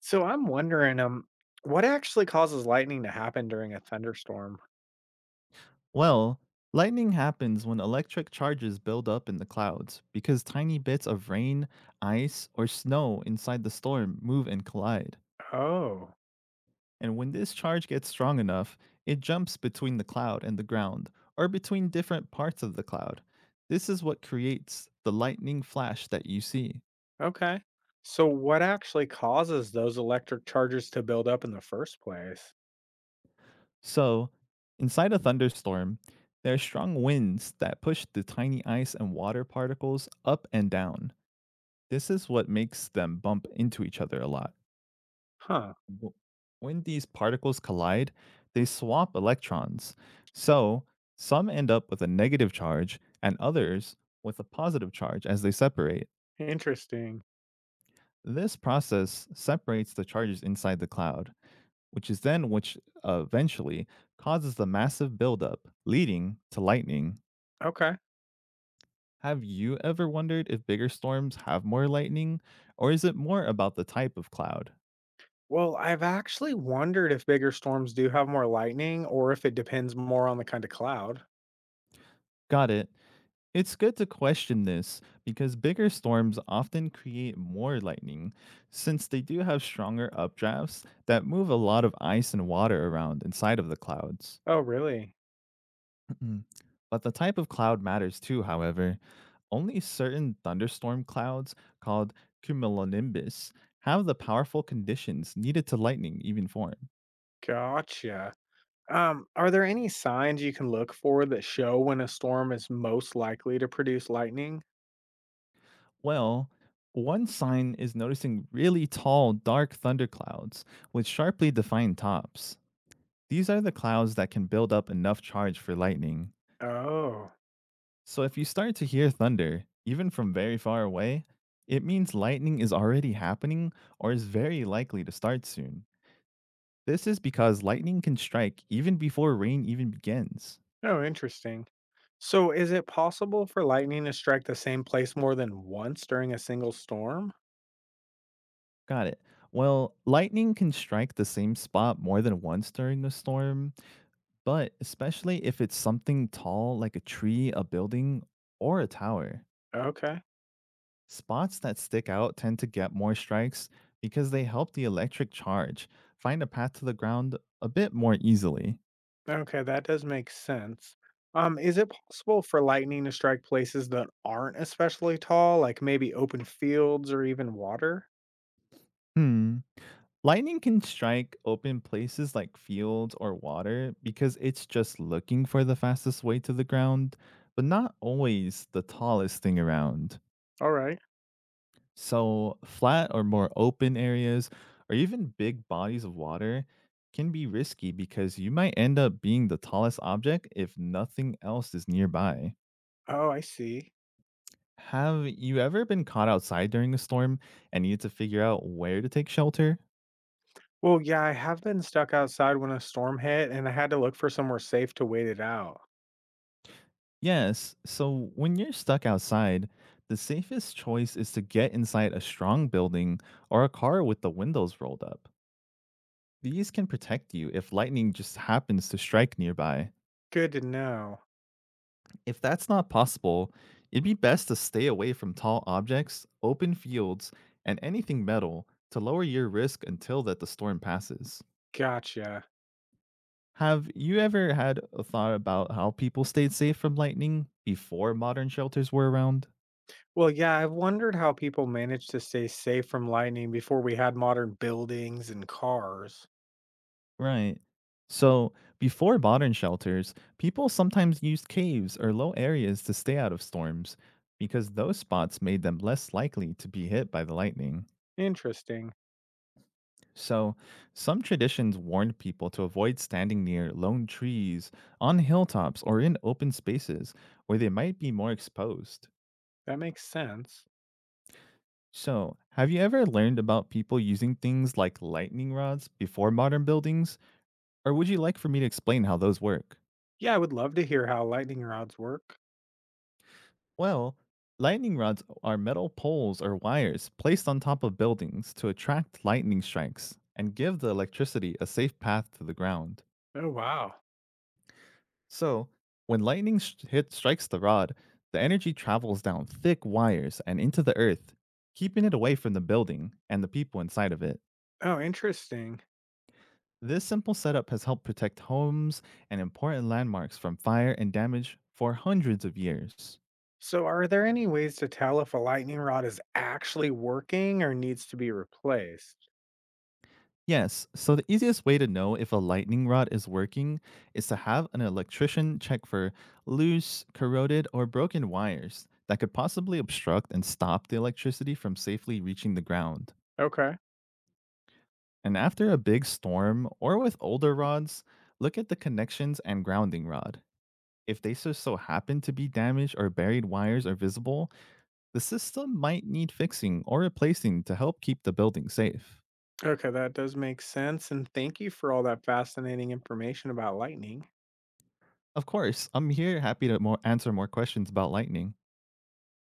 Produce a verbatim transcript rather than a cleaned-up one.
So I'm wondering, um, what actually causes lightning to happen during a thunderstorm? Well, lightning happens when electric charges build up in the clouds because tiny bits of rain, ice, or snow inside the storm move and collide. Oh, And when this charge gets strong enough, it jumps between the cloud and the ground, or between different parts of the cloud. This is what creates the lightning flash that you see. okay. So what actually causes those electric charges to build up in the first place? So, inside a thunderstorm, there are strong winds that push the tiny ice and water particles up and down. This is what makes them bump into each other a lot. Huh. w- when these particles collide, they swap electrons. So some end up with a negative charge and others with a positive charge as they separate. Interesting. This process separates the charges inside the cloud, which is then which uh, eventually causes the massive buildup, leading to lightning. Okay. Have you ever wondered if bigger storms have more lightning, or is it more about the type of cloud? Well, I've actually wondered if bigger storms do have more lightning or if it depends more on the kind of cloud. Got it. It's good to question this because bigger storms often create more lightning, since they do have stronger updrafts that move a lot of ice and water around inside of the clouds. Oh, really? Mhm. But the type of cloud matters too, however. Only certain thunderstorm clouds, called cumulonimbus, have the powerful conditions needed to lightning even form. Gotcha. Um, are there any signs you can look for that show when a storm is most likely to produce lightning? Well, one sign is noticing really tall, dark thunderclouds with sharply defined tops. These are the clouds that can build up enough charge for lightning. Oh, So if you start to hear thunder, even from very far away, it means lightning is already happening or is very likely to start soon. This is because lightning can strike even before rain even begins. oh, interesting. So, is it possible for lightning to strike the same place more than once during a single storm? Got it. Well, lightning can strike the same spot more than once during a storm, but especially if it's something tall like a tree, a building, or a tower. Okay. Spots that stick out tend to get more strikes because they help the electric charge find a path to the ground a bit more easily. Okay, that does make sense. Um, is it possible for lightning to strike places that aren't especially tall, like maybe open fields or even water? Hmm. Lightning can strike open places like fields or water because it's just looking for the fastest way to the ground, but not always the tallest thing around. All right. So, flat or more open areas, or even big bodies of water, can be risky because you might end up being the tallest object if nothing else is nearby. Oh, I see. Have you ever been caught outside during a storm and needed to figure out where to take shelter? Well, yeah, I have been stuck outside when a storm hit and I had to look for somewhere safe to wait it out. Yes, so when you're stuck outside, the safest choice is to get inside a strong building or a car with the windows rolled up. These can protect you if lightning just happens to strike nearby. Good to know. If that's not possible, it'd be best to stay away from tall objects, open fields, and anything metal to lower your risk until that the storm passes. Gotcha. Have you ever had a thought about how people stayed safe from lightning before modern shelters were around? Well, yeah, I've wondered how people managed to stay safe from lightning before we had modern buildings and cars. Right. So, before modern shelters, people sometimes used caves or low areas to stay out of storms because those spots made them less likely to be hit by the lightning. Interesting. So, some traditions warned people to avoid standing near lone trees, on hilltops, or in open spaces where they might be more exposed. That makes sense. So, have you ever learned about people using things like lightning rods before modern buildings, or would you like for me to explain how those work? Yeah, I would love to hear how lightning rods work. Well, lightning rods are metal poles or wires placed on top of buildings to attract lightning strikes and give the electricity a safe path to the ground. Oh, wow. So, when lightning sh- hit strikes the rod, the energy travels down thick wires and into the earth, keeping it away from the building and the people inside of it. Oh, interesting. This simple setup has helped protect homes and important landmarks from fire and damage for hundreds of years. So, are there any ways to tell if a lightning rod is actually working or needs to be replaced? Yes, so the easiest way to know if a lightning rod is working is to have an electrician check for loose, corroded, or broken wires that could possibly obstruct and stop the electricity from safely reaching the ground. Okay. And after a big storm or with older rods, look at the connections and grounding rod. If they so so happen to be damaged or buried wires are visible, the system might need fixing or replacing to help keep the building safe. Okay, that does make sense. And thank you for all that fascinating information about lightning. Of course, I'm here happy to more answer more questions about lightning.